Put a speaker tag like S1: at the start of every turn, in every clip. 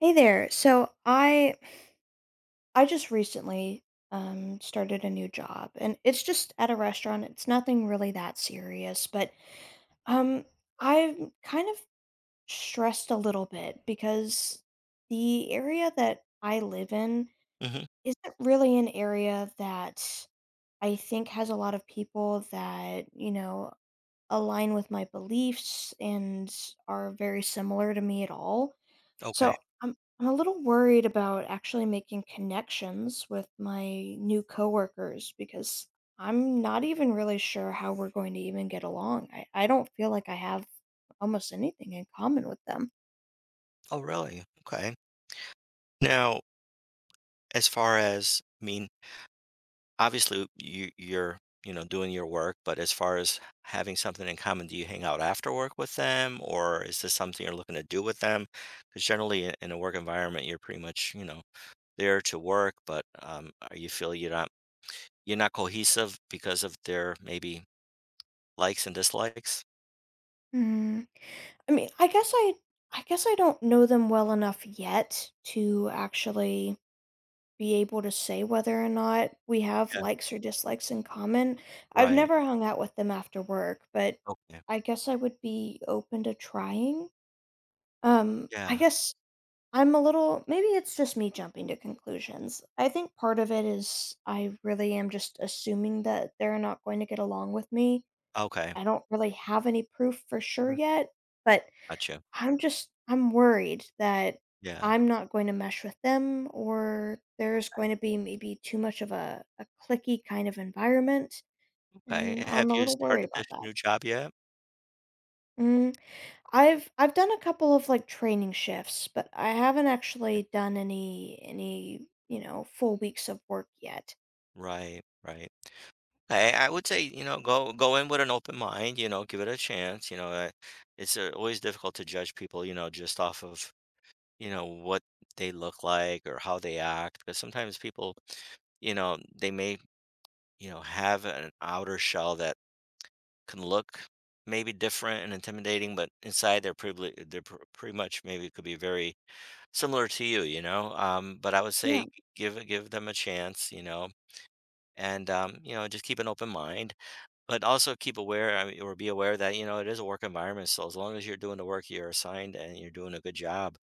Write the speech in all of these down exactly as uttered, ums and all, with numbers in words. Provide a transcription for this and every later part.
S1: Hey there. So I I just recently um started a new job and it's just at a restaurant. It's nothing really that serious, but um I'm kind of stressed a little bit because the area that I live in
S2: hmm
S1: isn't really an area that I think has a lot of people that, you know, align with my beliefs and are very similar to me at all.
S2: Okay.
S1: So I'm I'm a little worried about actually making connections with my new coworkers because I'm not even really sure how we're going to even get along. I, I don't feel like I have almost anything in common with them.
S2: Oh, really? Okay. Now, as far as, I mean, obviously you you're, you know, doing your work, but as far as having something in common, do you hang out after work with them, or is this something you're looking to do with them? Because generally in in a work environment, you're pretty much, you know, there to work, but um, are you feel you're not you're not cohesive because of their maybe likes and dislikes?
S1: Hmm. I mean, I guess I I guess I don't know them well enough yet to actually be able to say whether or not we have
S2: Yeah.
S1: likes or dislikes in common. I've
S2: Right.
S1: never hung out with them after work, but
S2: Okay.
S1: I guess I would be open to trying. Um, I
S2: Yeah.
S1: guess I'm a little, maybe it's just me jumping to conclusions. I think part of it is I really am just assuming that they're not going to get along with me.
S2: Okay.
S1: I don't really have any proof for sure
S2: Mm.
S1: yet, but
S2: Gotcha.
S1: I'm just I'm worried that
S2: Yeah.
S1: I'm not going to mesh with them or there's going to be maybe too much of a, a clicky kind of environment
S2: Okay.
S1: and
S2: Have
S1: I'm a
S2: you
S1: little worried
S2: started this
S1: about that.
S2: new job yet?
S1: Mm, I've I've done a couple of like training shifts, but I haven't actually done any any, you know, full weeks of work yet.
S2: Right, right. I I would say, you know, go go in with an open mind, you know, give it a chance, you know, uh, it's uh, always difficult to judge people, you know, just off of, you know, what they look like or how they act, because sometimes people, you know, they may, you know, have an outer shell that can look maybe different and intimidating, but inside they're pretty, they're pr- pretty much maybe could be very similar to you, you know. Um, but I would
S1: Yeah,
S2: say give give them a chance, you know, and um, you know, just keep an open mind. But also keep aware, I mean, or be aware that, you know, it is a work environment. So as long as you're doing the work you're assigned and you're doing a good job,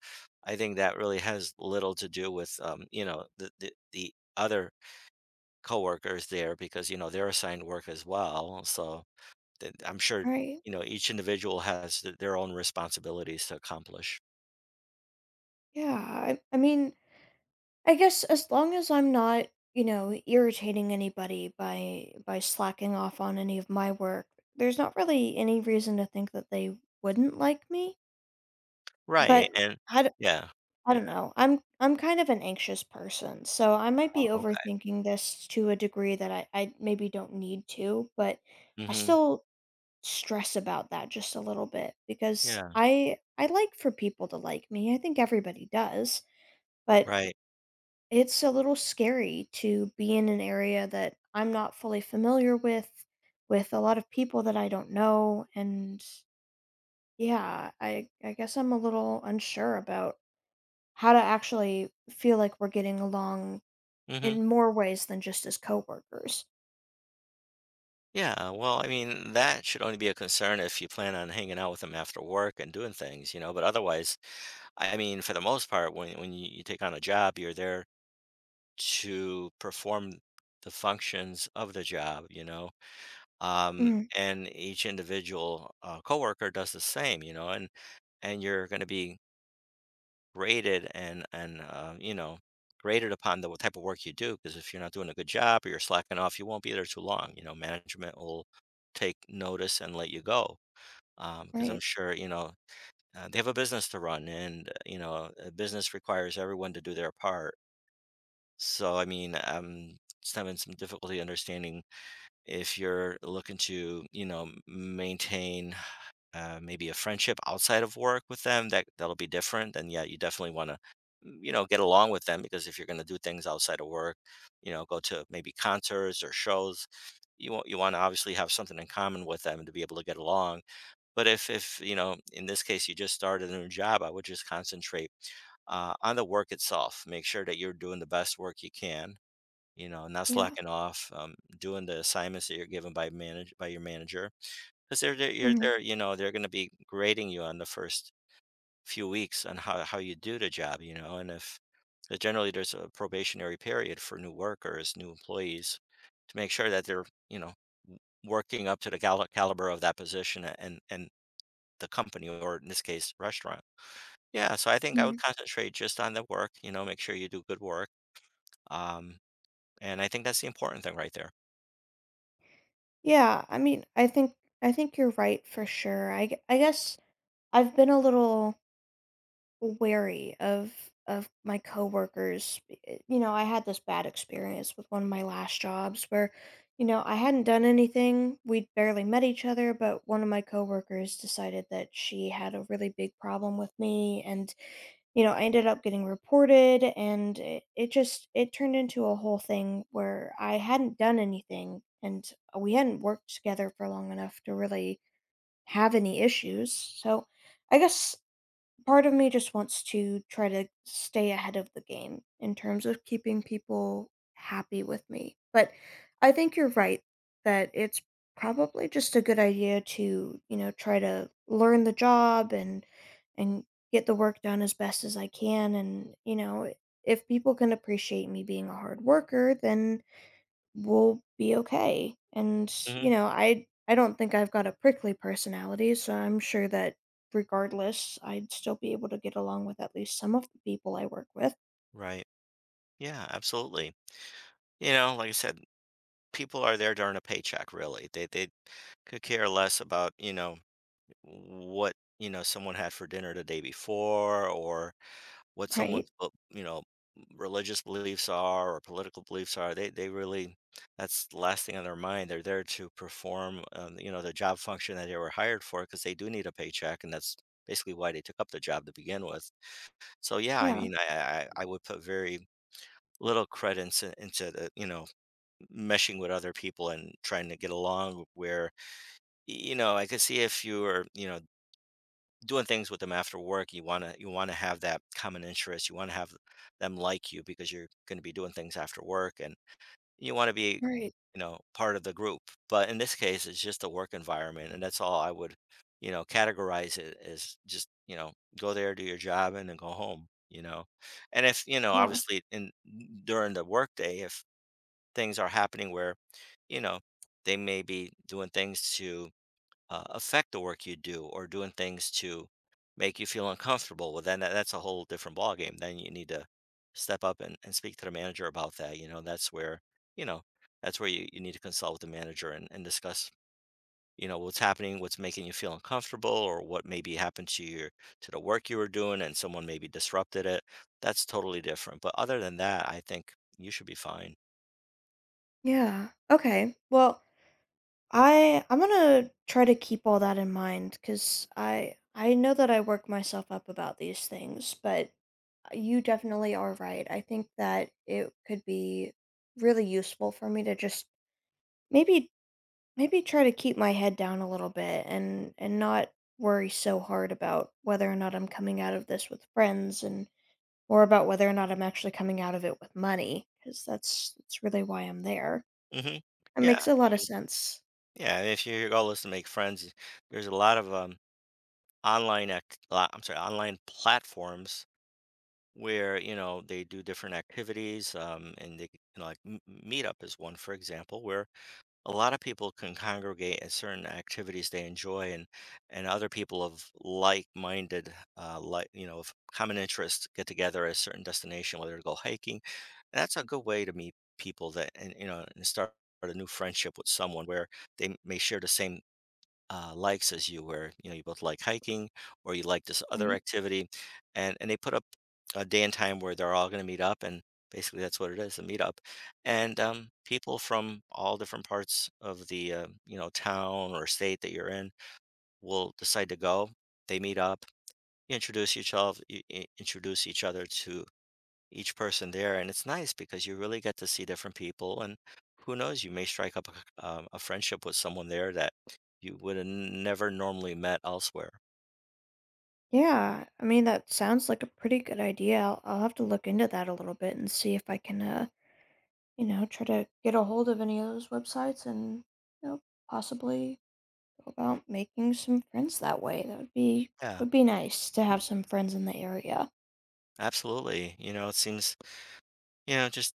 S2: I think that really has little to do with, um, you know, the, the, the other coworkers there because, you know, they're assigned work as well. So th- I'm sure,
S1: right.
S2: you know, each individual has th- their own responsibilities to accomplish.
S1: Yeah, I I mean, I guess as long as I'm not, you know, irritating anybody by by slacking off on any of my work, there's not really any reason to think that they wouldn't like me.
S2: Right.
S1: But
S2: And
S1: I d
S2: yeah.
S1: I
S2: Yeah.
S1: don't know. I'm I'm kind of an anxious person, so I might be
S2: Okay.
S1: overthinking this to a degree that I I maybe don't need to, but I
S2: hmm
S1: still stress about that just a little bit because
S2: Yeah.
S1: I I like for people to like me. I think everybody does, but
S2: Right.
S1: it's a little scary to be in an area that I'm not fully familiar with, with a lot of people that I don't know, and yeah, I I guess I'm a little unsure about how to actually feel like we're getting along
S2: hmm
S1: in more ways than just as coworkers.
S2: Yeah, well, I mean, that should only be a concern if you plan on hanging out with them after work and doing things, you know. But otherwise, I I mean, for the most part, when when you, you take on a job, you're there to perform the functions of the job, you know. Um,
S1: Mhm,
S2: and each individual uh, coworker does the same, you know, and and you're going to be graded and and uh, you know, graded upon the type of work you do, because if you're not doing a good job or you're slacking off, you won't be there too long. You know, management will take notice and let you go, because I'm
S1: right,
S2: sure, you know, uh, they have a business to run, and uh, you know, a business requires everyone to do their part. So I mean, I'm just having some difficulty understanding if you're looking to, you know, maintain uh, maybe a friendship outside of work with them, that that'll be different. And yeah, you definitely want to, you know, get along with them, because if you're going to do things outside of work, you know, go to maybe concerts or shows, you want you want to obviously have something in common with them to be able to get along. But if if you know, in this case, you just started a new job, I would just concentrate uh, on the work itself. Make sure that you're doing the best work you can, you know, not
S1: yeah.
S2: slacking off, um, doing the assignments that you're given by manage by your manager, because they're, they're you're
S1: Mhm,
S2: there, you know, they're going to be grading you on the first few weeks on how, how you do the job, you know. And if uh, generally there's a probationary period for new workers, new employees, to make sure that they're, you know, w- working up to the cal- caliber of that position, a- and and the company, or in this case, restaurant. Yeah, so I think I would
S1: mhm.
S2: concentrate just on the work, you know, make sure you do good work. Um, and I think that's the important thing right there.
S1: Yeah, I mean, I think I think you're right for sure. I g I guess I've been a little wary of of my coworkers. eh, You know, I had this bad experience with one of my last jobs where, you know, I hadn't done anything. We'd barely met each other, but one of my coworkers decided that she had a really big problem with me and, you know, I ended up getting reported and it, it just it turned into a whole thing where I hadn't done anything and we hadn't worked together for long enough to really have any issues. So, I guess part of me just wants to try to stay ahead of the game in terms of keeping people happy with me. But I think you're right that it's probably just a good idea to, you know, try to learn the job and and get the work done as best as I can and, you know, if people can appreciate me being a hard worker, then will be okay. And,
S2: hmm
S1: you know, I I don't think I've got a prickly personality, so I'm sure that regardless, I'd still be able to get along with at least some of the people I work with,
S2: Right. Yeah, absolutely. You know, like I said, people are there to earn a paycheck, really. They they could care less about, you know, what, you know, someone had for dinner the day before, or what someone's,
S1: right?
S2: bel- you know, religious beliefs are or political beliefs are. They they really, that's the last thing on their mind. They're there to perform, um, you know, the job function that they were hired for, because they do need a paycheck, and that's basically why they took up the job to begin with. So yeah, I
S1: Yeah,
S2: mean, I I, I would put very little credence in- into the, you know, meshing with other people and trying to get along. Where, you know, I could see if you are, you know, doing things with them after work, you want to you want to have that common interest, you want to have them like you, because you're going to be doing things after work and you want to be,
S1: right.
S2: you know, part of the group. But in this case, it's just a work environment, and that's all I would, you know, categorize it as. Just, you know, go there, do your job, and then go home, you know. And if, you know,
S1: Yeah.
S2: obviously in during the workday, if things are happening where, you know, they may be doing things to uh, affect the work you do, or doing things to make you feel uncomfortable, well, then that, that's a whole different ballgame. Then you need to step up and, and speak to the manager about that. You know, that's where, you know, that's where you, you need to consult with the manager and, and discuss, you know, what's happening, what's making you feel uncomfortable, or what maybe happened to your to the work you were doing and someone maybe disrupted it. That's totally different. But other than that, I think you should be fine.
S1: Yeah. Okay. Well, I I'm going to try to keep all that in mind cuz I I know that I work myself up about these things, but you definitely are right. I think that it could be really useful for me to just maybe maybe try to keep my head down a little bit and and not worry so hard about whether or not I'm coming out of this with friends and or about whether or not I'm actually coming out of it with money because that's that's really why I'm there.
S2: Mhm.
S1: That
S2: Yeah,
S1: makes a
S2: I
S1: lot of
S2: mean,
S1: sense,
S2: yeah, if your goal is to make friends, there's a lot of, um, online act uh, I'm sorry, online platforms where, you know, they do different activities, um, and they, you know, like, M Meetup is one, for example, where a lot of people can congregate at certain activities they enjoy, and and other people of like-minded, uh like, you know, of common interest get together at a certain destination, whether to go hiking. And that's a good way to meet people. That, and you know, and start a new friendship with someone, where they may share the same uh, likes as you, where you know, you both like hiking, or you like this other
S1: right?
S2: activity, and and they put up a day and time where they're all going to meet up, and basically that's what it is, a meetup. And um, people from all different parts of the uh, you know, town or state that you're in will decide to go. They meet up, you introduce yourself, other introduce each other to each person there, and it's nice because you really get to see different people. And who knows, you may strike up a, c- um, a friendship with someone there that you would have never normally met elsewhere.
S1: Yeah, I mean that sounds like a pretty good idea. I'll, I'll have to look into that a little bit and see if I can, uh, you know, try to get a hold of any of those websites and, you know, possibly about making some friends that way. That would be,
S2: Yeah,
S1: would be nice to have some friends in the area.
S2: absolutely. You know, it seems, you know, just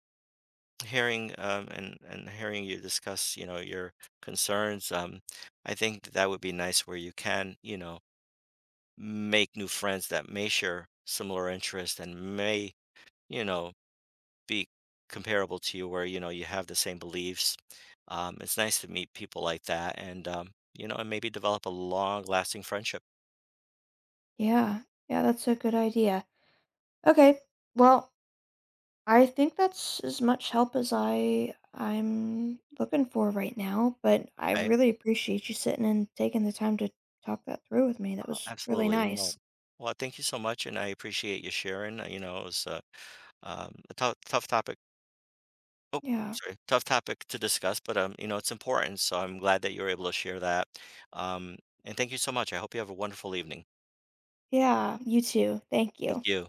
S2: hearing um, and and hearing you discuss, you know, your concerns, um I think that would be nice where you can, you know, make new friends that may share similar interests and may, you know, be comparable to you, where you know, you have the same beliefs. Um, it's nice to meet people like that, and um, you know, and maybe develop a long lasting friendship.
S1: Yeah. Yeah, that's a good idea. Okay. Well, I think that's as much help as I I'm looking for right now, but I
S2: Right?
S1: really appreciate you sitting and taking the time to talk that through with me. That was really
S2: Absolutely. No,
S1: nice.
S2: well, thank you so much, and I appreciate you sharing. Uh, you know, it was uh, um, a tough tough topic. Oh, I'm
S1: Yeah.
S2: sorry, tough topic to discuss. But um you know, it's important, so I'm glad that you were able to share that. um, and thank you so much. I hope you have a wonderful evening.
S1: Yeah, you too. Thank
S2: Thank
S1: you.
S2: you.